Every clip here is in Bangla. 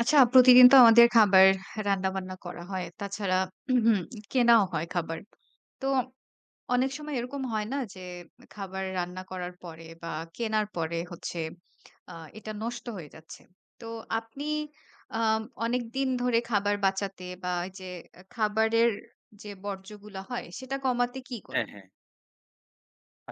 আচ্ছা, প্রতিদিন তো আমাদের খাবার রান্নাবান্না করা হয়। তাছাড়া উহুম, কেনাও হয় খাবার। তো অনেক সময় এরকম হয় না যে খাবার রান্না করার পরে বা কেনার পরে হচ্ছে এটা নষ্ট হয়ে যাচ্ছে। তো আপনি আ অনেকদিন ধরে খাবার বাঁচাতে বা এই যে খাবারের যে বর্জ্যগুলা হয় সেটা কমাতে কি হ্যাঁ, করেন? হ্যাঁ।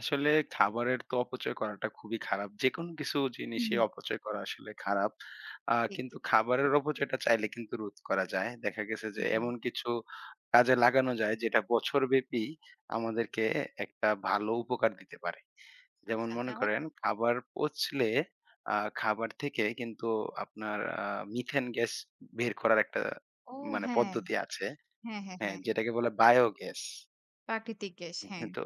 আসলে খাবারের তো অপচয় করাটা খুবই খারাপ। যেকোনো কিছু জিনিসই হুম। অপচয় করা আসলে খারাপ। ঠিক। কিন্তু খাবারের অপচয়টা চাইলে কিন্তু রোধ করা যায়। দেখা গেছে যে হুম, হুম। এমন কিছু কাজে লাগানো যায় যেটা বছরব্যাপী আমাদেরকে একটা ভালো উপকার দিতে পারে। যেমন আচ্ছা মনে যেমন? করেন খাবার পচলে আ খাবার থেকে কিন্তু আপনার মিথেন গ্যাস বের করার একটা ও মানে হ্যাঁ। পদ্ধতি আছে। হ্যাঁ, হ্যাঁ, হ্যাঁ, হ্যাঁ। যেটাকে বলে বায়োগ্যাস। প্রাকৃতিক গ্যাস, হ্যাঁ। হ্যাঁ, তো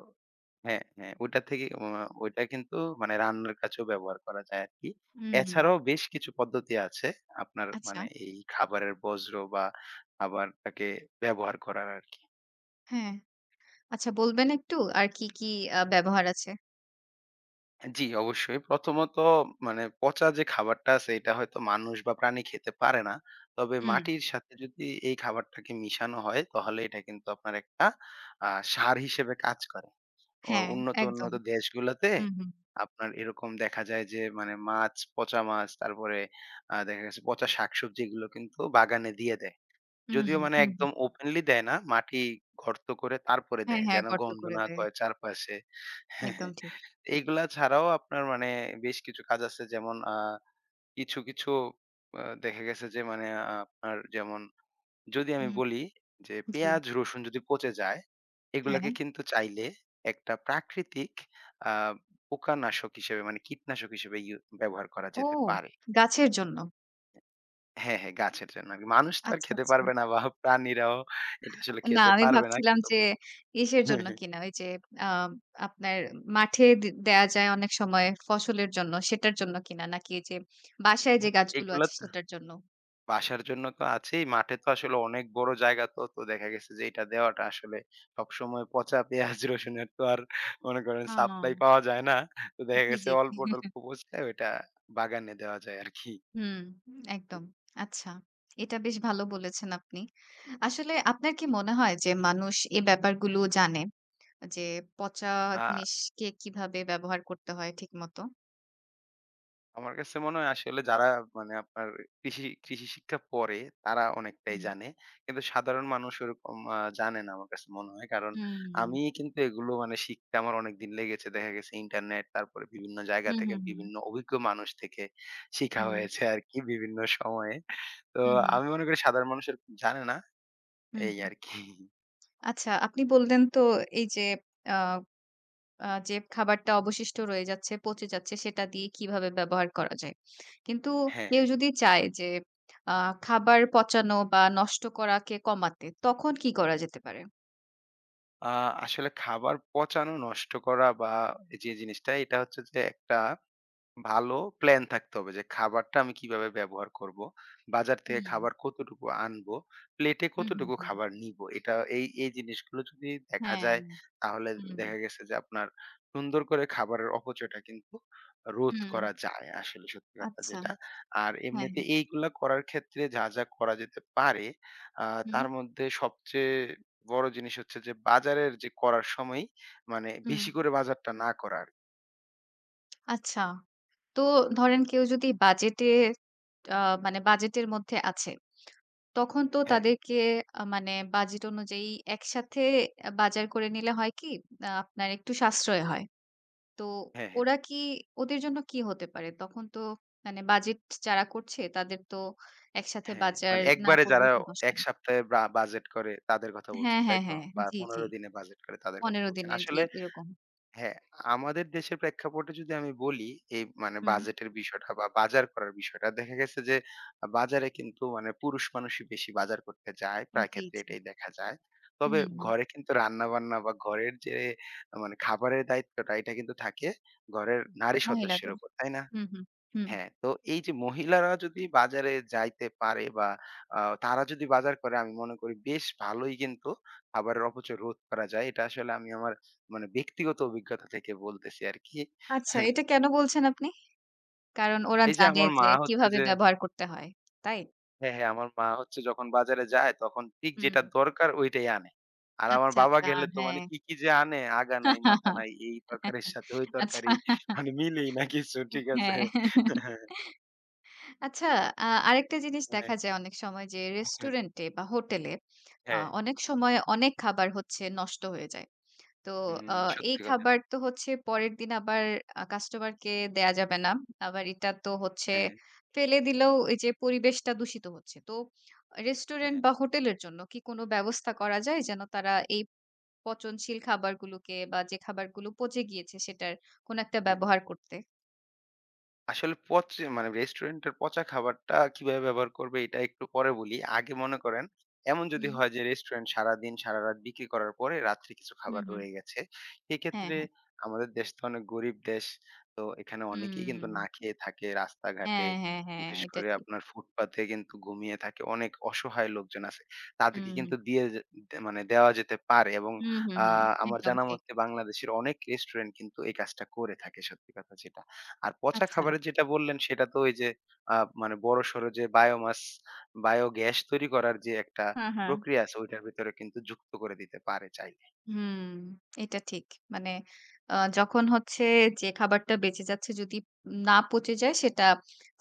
হ্যাঁ, হ্যাঁ, ওটা থেকে ও ওইটা কিন্তু মানে রান্নার কাছেও ব্যবহার করা যায় আরকি। হুম, হুম। এছাড়াও বেশ কিছু পদ্ধতি আছে আপনার আচ্ছা। মানে এই খাবারের বর্জ্য বা খাবারটাকে ব্যবহার করার আরকি। হ্যাঁ। আচ্ছা বলবেন একটু? আর কি, ব্যবহার আছে? জি, অবশ্যই। প্রথমত মানে পচা যে খাবারটা আছে এটা হয়তো মানুষ বা প্রাণী খেতে পারে না। তবে হুম। মাটির সাথে যদি এই খাবারটাকে মিশানো হয় তাহলে এটা কিন্তু আপনার একটা সার হিসেবে কাজ করে। ও হ্যাঁ, উন্নত, একদম। উন্নত দেশগুলোতে হুম, হুম। আপনার এরকম দেখা যায় যে মানে মাছ, পচা মাছ তারপরে দেখা গেছে পচা শাকসবজি এগুলো কিন্তু বাগানে দিয়ে দেয়। হুম, যদিও হুম, মানে হুম, হুম। একদম ওপেনলি দেয় না, মাটি গর্ত করে তারপরে হ্যাঁ, দেয়। হ্যাঁ, যেন গর্ত গন্ধ করে না দেয়। করে চারপাশে। একদম ঠিক। এইগুলা ছাড়াও আপনার মানে বেশ কিছু কাজ আছে যেমন কিছু দেখা গেছে যে মানে আপনার যেমন যদি আমি হুম, বলি যে জি। পেঁয়াজ, রসুন যদি পচে যায় হ্যাঁ। এগুলাকে কিন্তু চাইলে একটা প্রাকৃতিক আ পোকানাশক হিসেবে মানে কীটনাশক হিসেবে ব্যবহার করা ও! যেতে পারে। গাছের জন্য। হ্যাঁ, হ্যাঁ, গাছের জন্য আরকি। মানুষ তো আর আচ্ছা, খেতে আচ্ছা। পারবে না বা প্রাণীরাও এটা আসলে না খেতে আমি পারবে না। ভাবছিলাম কিন্তু যে ইসের হ্যাঁ, জন্য হ্যাঁ। কিনা ওই যে আ আপনার মাঠে দেয়া যায় অনেক সময় ফসলের জন্য সেটার জন্য কিনা নাকি এই যে বাসায় যে গাছগুলো এগুলা আছে তো সেটার জন্য? বাসার জন্য তো আছেই। মাঠে তো আসলে অনেক বড় জায়গা তো, তো দেখা গেছে যে এটা দেওয়াটা আসলে সবসময় পচা পেঁয়াজ, রসুনের তো আর মনে করেন ও! সাপ্লাই পাওয়া যায় না। তো দেখা জি, গেছে জি, জি। অল্প-টল্প পচলে ওইটা বাগানে দেওয়া যায় আরকি। হুম, একদম। আচ্ছা। এটা বেশ ভালো বলেছেন আপনি। আসলে আপনার কি মনে হয় যে মানুষ এই ব্যাপারগুলো জানে? যে পচা আ জিনিসকে কিভাবে ব্যবহার করতে হয় ঠিকমতো? আমার কাছে মনে হয় আসলে যারা মানে আপনার কৃষি কৃষি শিক্ষা পড়ে তারা অনেকটাই হুম, জানে। কিন্তু সাধারণ মানুষ ওরকম জানে না আমার কাছে মনে হয়। কারণ হুম, আমি কিন্তু এগুলো মানে শিখতে আমার অনেকদিন লেগেছে। দেখা গেছে ইন্টারনেট তারপরে বিভিন্ন জায়গা হুম, থেকে হুম, হুম, বিভিন্ন অভিজ্ঞ মানুষ থেকে শিখা হয়েছে আরকি বিভিন্ন সময়ে। তো হুম, হুম, আমি মনে করি সাধারণ মানুষ এরকম জানে না হুম, এই হুম। আরকি। আচ্ছা, আপনি বললেন তো এই যে আ আ যে খাবারটা অবশিষ্ট রয়ে যাচ্ছে, পচে যাচ্ছে সেটা দিয়ে কিভাবে ব্যবহার করা যায়। কিন্তু হ্যাঁ, কেউ হ্যাঁ। যদি চায় যে আ খাবার পচানো বা নষ্ট করাকে কমাতে, তখন কি করা যেতে পারে? আ আসলে খাবার পচানো, নষ্ট করা বা যে জিনিসটা এটা হচ্ছে যে একটা ভালো প্ল্যান থাকতে হবে যে খাবারটা আমি কিভাবে ব্যবহার করব, বাজার থেকে হুম, খাবার কতটুকু আনবো, প্লেটে হুম, হুম, কতটুকু হুম। খাবার নিবো। এটা এই জিনিসগুলো যদি দেখা হ্যাঁ, যায় তাহলে হুম, দেখা গেছে যে আপনার সুন্দর করে খাবারের অপচয়টা কিন্তু রোধ হুম। করা যায় আসলে সত্যি কথা আচ্ছা। যেটা। আর হ্যাঁ, এমনিতে হ্যাঁ। এইগুলা করার ক্ষেত্রে যা, যা করা যেতে পারে আ হুম, তার মধ্যে সবচেয়ে বড় জিনিস হচ্ছে যে বাজারের যে করার সময়ই মানে হুম। বেশি করে বাজারটা না করা আরকি। আচ্ছা। তো ধরেন কেউ যদি বাজেটে আ মানে বাজেটের মধ্যে আছে, তখন তো হ্যাঁ, তাদেরকে মানে বাজেট অনুযায়ী একসাথে বাজার করে নিলে হয় কি? আপনার একটু সাশ্রয় হয়। তো হ্যাঁ, হ্যাঁ। ওরা কি ওদের জন্য কি হতে পারে? তখন তো মানে বাজেট যারা করছে তাদের তো একসাথে হ্যাঁ, বাজার মানে না একবারে করলে যারা সমস্যা। ১ সপ্তাহে বা বাজেট করে তাদের কথা বলছেন, হ্যাঁ, তাই হ্যাঁ, তো? হ্যাঁ। বা জি, জি। ১৫ দিনে বাজেট করে তাদের কথা ১৫ বলছেন। দিনের জি, আসলে এরকম। হ্যাঁ, আমাদের দেশের প্রেক্ষাপটে যদি আমি বলি এই মানে হুম। বাজেটের বিষয়টা বা বাজার করার বিষয়টা, দেখা গেছে যে বাজারে কিন্তু মানে পুরুষ মানুষই বেশি বাজার করতে যায়। প্রায় জি, ক্ষেত্রে জি। এটাই দেখা যায়। তবে হুম, হুম। ঘরে কিন্তু রান্না-বান্না বা ঘরের যে মানে খাবারের দায়িত্বটা এটা কিন্তু থাকে ঘরের নারী সদস্যের মহিলাদের। উপর, তাই না? হুম, হুম, হুম। হ্যাঁ, তো এই যে মহিলারা যদি বাজারে যাইতে পারে বা আ তারা যদি বাজার করে আমি মনে করি বেশ ভালোই কিন্তু খাবারের অপচয় রোধ করা যায়। এটা আসলে আমি আমার মানে ব্যক্তিগত অভিজ্ঞতা থেকে বলতেছি আরকি। আচ্ছা, এটা কেন বলছেন আপনি? কারণ ওরা এই যে জানে আমার মা যে হচ্ছে কিভাবে যে ব্যবহার করতে হয়। তাই? হ্যাঁ, হ্যাঁ, আমার মা হচ্ছে যখন বাজারে যায় তখন ঠিক হুম, যেটা দরকার ওইটাই আনে। আর আমার আচ্ছা, বাবা আচ্ছা। গেলে তো হ্যাঁ। মানে কি, কি যে আনে আগা নাই মাথা নাই। এই তরকারির সাথে ওই আচ্ছা। তরকারি মানে মিলেই না কিছু। ঠিক আছে? হ্যাঁ। আচ্ছা, আরেকটা জিনিস হ্যাঁ, দেখা যায় অনেক সময় যে হ্যাঁ, রেস্টুরেন্টে বা হোটেলে হ্যাঁ, অনেক সময় অনেক খাবার হচ্ছে নষ্ট হয়ে যায়। তো হুম, আ এই সত্যি কথা। খাবার তো হচ্ছে পরের দিন আবার কাস্টমারকে দেয়া যাবে না। আবার এটা তো হচ্ছে হ্যাঁ, ফেলে দিলেও এই যে পরিবেশটা দূষিত হচ্ছে। তো রেস্টুরেন্ট হ্যাঁ, বা হোটেলের জন্য কি কোনো ব্যবস্থা করা যায় যেন তারা এই পচনশীল খাবারগুলোকে বা যে খাবারগুলো পচে গিয়েছে সেটার কোনো একটা হ্যাঁ। ব্যবহার করতে? আসলে পচে মানে রেস্টুরেন্টের পচা খাবারটা কিভাবে ব্যবহার করবে এটা একটু পরে বলি। আগে মনে করেন এমন যদি হুম, হয় যে রেস্টুরেন্ট সারাদিন সারারাত বিক্রি করার পরে রাত্রে কিছু হুম, খাবার হুম। রয়ে গেছে। হ্যাঁ, সেক্ষেত্রে হ্যাঁ। আমাদের দেশ তো অনেক গরিব দেশ। তো এখানে অনেকেই কিন্তু হুম। না খেয়ে থাকে রাস্তাঘাটে। হ্যাঁ, হ্যাঁ, হ্যাঁ। বিশেষ এটা করে ঠিক। আপনার ফুটপাতে কিন্তু ঘুমিয়ে থাকে অনেক অসহায় লোকজন আছে। তাদেরকে হুম, কিন্তু হুম। দিয়ে যে মানে দেওয়া যেতে পারে এবং হুম, হুম, আ হুম। আমার একদম ঠিক। জানামতে বাংলাদেশের অনেক রেস্টুরেন্ট কিন্তু এই কাজটা করে থাকে সত্যি কথা যেটা। আর পচা আচ্ছা। খাবারের যেটা বললেন সেটা তো ওই যে আহ, মানে বড়সড় যে বায়োগ্যাস তৈরি করার যে একটা হ্যাঁ, হ্যাঁ। প্রক্রিয়া আছে ওইটার ভিতরে কিন্তু যুক্ত করে দিতে পারে চাইলে হুম, এটা ঠিক। মানে যখন হচ্ছে যে খাবারটা বেঁচে যাচ্ছে যদি না পচে যায় সেটা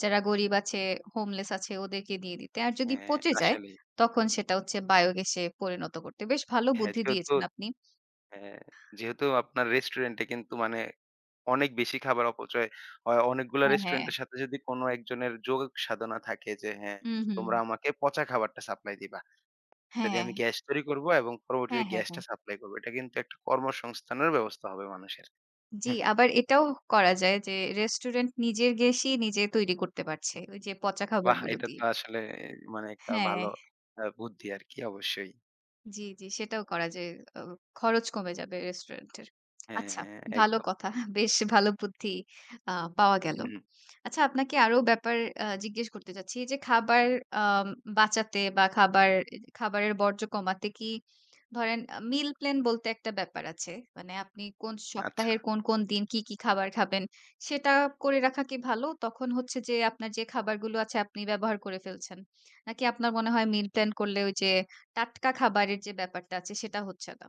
যারা গরিব আছে, হোমলেস আছে ওদেরকে দিয়ে দিতে। আর যদি হ্যাঁ পচে যায় আসলেই তখন সেটা হচ্ছে বায়োগ্যাসে পরিণত করতে। বেশ ভালো হ্যাঁ বুদ্ধি যেহেতু দিয়েছেন আপনি। হ্যাঁ, যেহেতু আপনার রেস্টুরেন্টে কিন্তু মানে অনেক বেশি খাবার অপচয় হয় অনেকগুলা হ্যাঁ, হ্যাঁ। রেস্টুরেন্টের সাথে যদি কোনো একজনের যোগ সাধনা থাকে যে হ্যাঁ হুম, হুম। তোমরা আমাকে পচা খাবারটা সাপ্লাই দিবা যদি হ্যাঁ, আমি গ্যাস তৈরি করব এবং হ্যাঁ, পরবর্তীতে হ্যাঁ, হ্যাঁ। গ্যাসটা সাপ্লাই করবো এটা কিন্তু একটা কর্মসংস্থানের ব্যবস্থা হবে মানুষের জি, আবার এটাও করা যায় যে রেস্টুরেন্ট নিজের গ্যাসই নিজে তৈরি করতে পারছে। ওই যে পচা বাহ! খাবারগুলো এটা দিয়ে। তো আসলে মানে একটা হ্যাঁ। ভালো বুদ্ধি আরকি অবশ্যই। জি, জি। সেটাও করা যায়। অ খরচ কমে যাবে রেস্টুরেন্টের। হ্যাঁ, আচ্ছা, হ্যাঁ, ভালো একদম। কথা। বেশ ভালো বুদ্ধি আ পাওয়া গেল। হু, হু। আচ্ছা আপনাকে আরো ব্যাপার জিজ্ঞেস করতে চাচ্ছি। এই যে খাবার আম বাঁচাতে বা খাবারের বর্জ্য কমাতে কি ধরেন মিল প্ল্যান বলতে একটা ব্যাপার আছে। মানে আপনি কোন আচ্ছা। সপ্তাহের কোন দিন কি খাবার খাবেন সেটা করে রাখা কি ভালো? তখন হচ্ছে যে আপনার যে খাবারগুলো আছে আপনি ব্যবহার করে ফেলছেন। নাকি আপনার মনে হয় মিল প্ল্যান করলে ওই যে টাটকা খাবারের যে ব্যাপারটা আছে সেটা হচ্ছে না?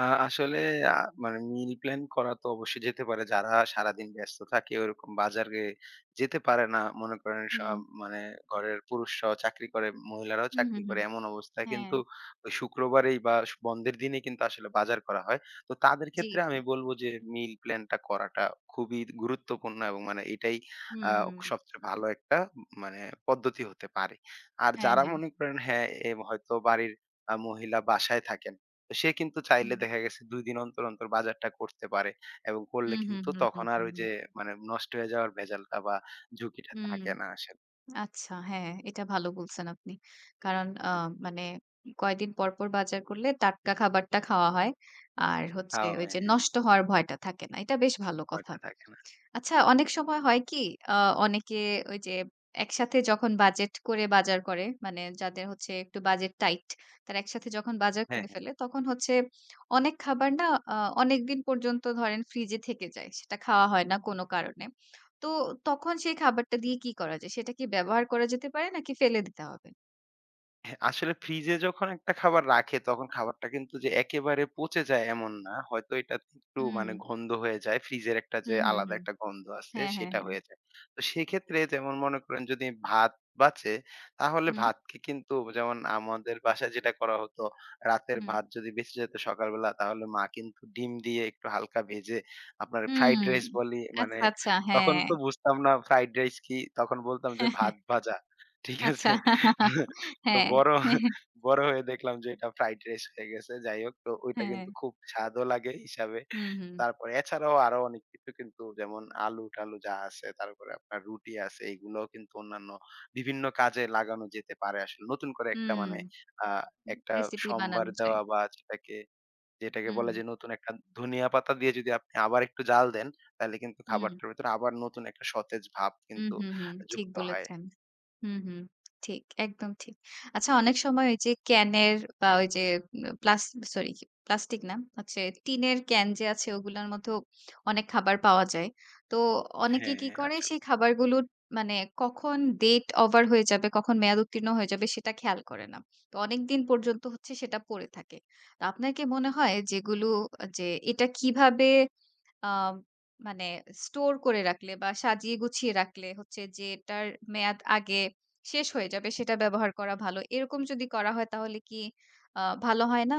আ আসলে আ মানে মিল প্ল্যান করা তো অবশ্যই যেতে পারে। যারা সারাদিন ব্যস্ত থাকে ওরকম বাজারে যেতে পারে না। মনে করেন হুম। সব মানে ঘরের পুরুষরাও চাকরি করে, মহিলারাও হুম, চাকরি হুম, করে হুম। এমন অবস্থায় হ্যাঁ। কিন্তু ওই শুক্রবারেই বা বন্ধের দিনে কিন্তু আসলে বাজার করা হয়। তো তাদের জি, ক্ষেত্রে আমি জি। বলব যে মিল প্ল্যানটা করাটা খুবই গুরুত্বপূর্ণ এবং মানে এটাই আ হুম। সবচেয়ে ভালো একটা মানে পদ্ধতি হতে পারে। আর হ্যাঁ, যারা হ্যাঁ। মনে করেন হ্যাঁ, এ হয়তো বাড়ির মহিলা বাসায় থাকেন। তো সে কিন্তু চাইলে হুম। দেখা গেছে ২ দিন অন্তর, অন্তর বাজারটা করতে পারে এবং করলে হুম, হুম, কিন্তু হুম, তখন হুম, আর হুম। ওই হুম। যে মানে নষ্ট হয়ে যাওয়ার ভেজালটা বা ঝুঁকিটা হুম, থাকে না আসলে। আচ্ছা হ্যাঁ, এটা ভালো বলছেন আপনি। কারণ হু, হু। মানে কয়দিন পর পর বাজার করলে টাটকা খাবারটা খাওয়া হয়। আর হচ্ছে ওই হাওয়ায় যে হ্যাঁ, নষ্ট হওয়ার ভয়টা থাকে না। এটা বেশ ভালো কথা। ভয়টা থাকে না। আচ্ছা অনেক সময় হয় কি আ অনেকে ওই যে একসাথে যখন বাজেট করে বাজার করে মানে যাদের হচ্ছে একটু বাজেট টাইট তারা একসাথে যখন বাজার হ্যাঁ, করে হ্যাঁ। ফেলে তখন হচ্ছে অনেক খাবার না আ অনেকদিন পর্যন্ত ধরেন ফ্রিজে থেকে যায়। সেটা খাওয়া হয় না কোনো কারণে। তো তখন সেই খাবারটা দিয়ে কি করা যায়? সেটা কি ব্যবহার করা যেতে পারে নাকি ফেলে দিতে হবে? হ্যাঁ, আসলে ফ্রিজে যখন একটা খাবার রাখে তখন খাবারটা কিন্তু যে একেবারে পচে যায় এমন না। হয়তো এটা একটু হুম, মানে গন্ধ হয়ে যায়। ফ্রিজের একটা যে হুম, হুম, আলাদা হুম। একটা গন্ধ আছে হ্যাঁ, হ্যাঁ, সেটা হ্যাঁ। হয়ে যায়। তো সেক্ষেত্রে যেমন মনে করেন যদি ভাত বাঁচে তাহলে হুম, ভাতকে কিন্তু যেমন আমাদের বাসায় যেটা করা হতো রাতের হুম, ভাত যদি বেঁচে যেত সকালবেলা তাহলে মা কিন্তু ডিম দিয়ে একটু হালকা ভেজে আপনার ফ্রাইড হুম। রাইস বলি মানে আচ্ছা, আচ্ছা। তখন হ্যাঁ। তো বুঝতাম না ফ্রাইড রাইস কি তখন বলতাম যে ভাত ভাজা। ঠিক আচ্ছা। আছে? তো হ্যাঁ। বড় বড় হয়ে দেখলাম যে এটা ফ্রাইড রাইস হয়ে গেছে। যাই হোক তো ওইটা হ্যাঁ। কিন্তু খুব স্বাদও লাগে হিসাবে। হুম, হুম। তারপরে এছাড়াও আরো অনেক কিছু কিন্তু যেমন আলু-টালু যা আছে, তারপরে আপনার রুটি আছে এগুলোও কিন্তু অন্যান্য বিভিন্ন কাজে লাগানো যেতে পারে আসলে। নতুন করে একটা হুম, মানে আ একটা রেসিপি সম্ভার বানানো যায়। দেওয়া বা সেটাকে যেটাকে হুম, বলে যে নতুন একটা ধনিয়া পাতা দিয়ে যদি আপনি আবার একটু জাল দেন, তাহলে কিন্তু হুম, খাবারটার ভেতরে আবার নতুন একটা সতেজ ভাব হুম, কিন্তু হুম, হুম। ঠিক যুক্ত হয়। বলেছেন। হুম, হুম। ঠিক, একদম ঠিক। আচ্ছা অনেক সময় ওই যে ক্যানের বা ওই যে উম প্লাস সরি প্লাস্টিক না হচ্ছে টিনের ক্যান যে আছে ওগুলোর মধ্যেও অনেক খাবার পাওয়া যায়। তো অনেকে হ্যাঁ, কি করে আসলে। সেই খাবারগুলো মানে কখন ডেট ওভার হয়ে যাবে, কখন মেয়াদ উত্তীর্ণ হয়ে যাবে সেটা খেয়াল করে না। তো অনেকদিন পর্যন্ত হচ্ছে সেটা পড়ে থাকে। তো আপনার কি মনে হয় যেগুলো যে এটা কিভাবে আম মানে স্টোর করে রাখলে বা সাজিয়ে গুছিয়ে রাখলে হচ্ছে যে এটার মেয়াদ আগে শেষ হয়ে যাবে সেটা ব্যবহার করা ভালো। এরকম যদি করা হয় তাহলে কি ভালো হয় না?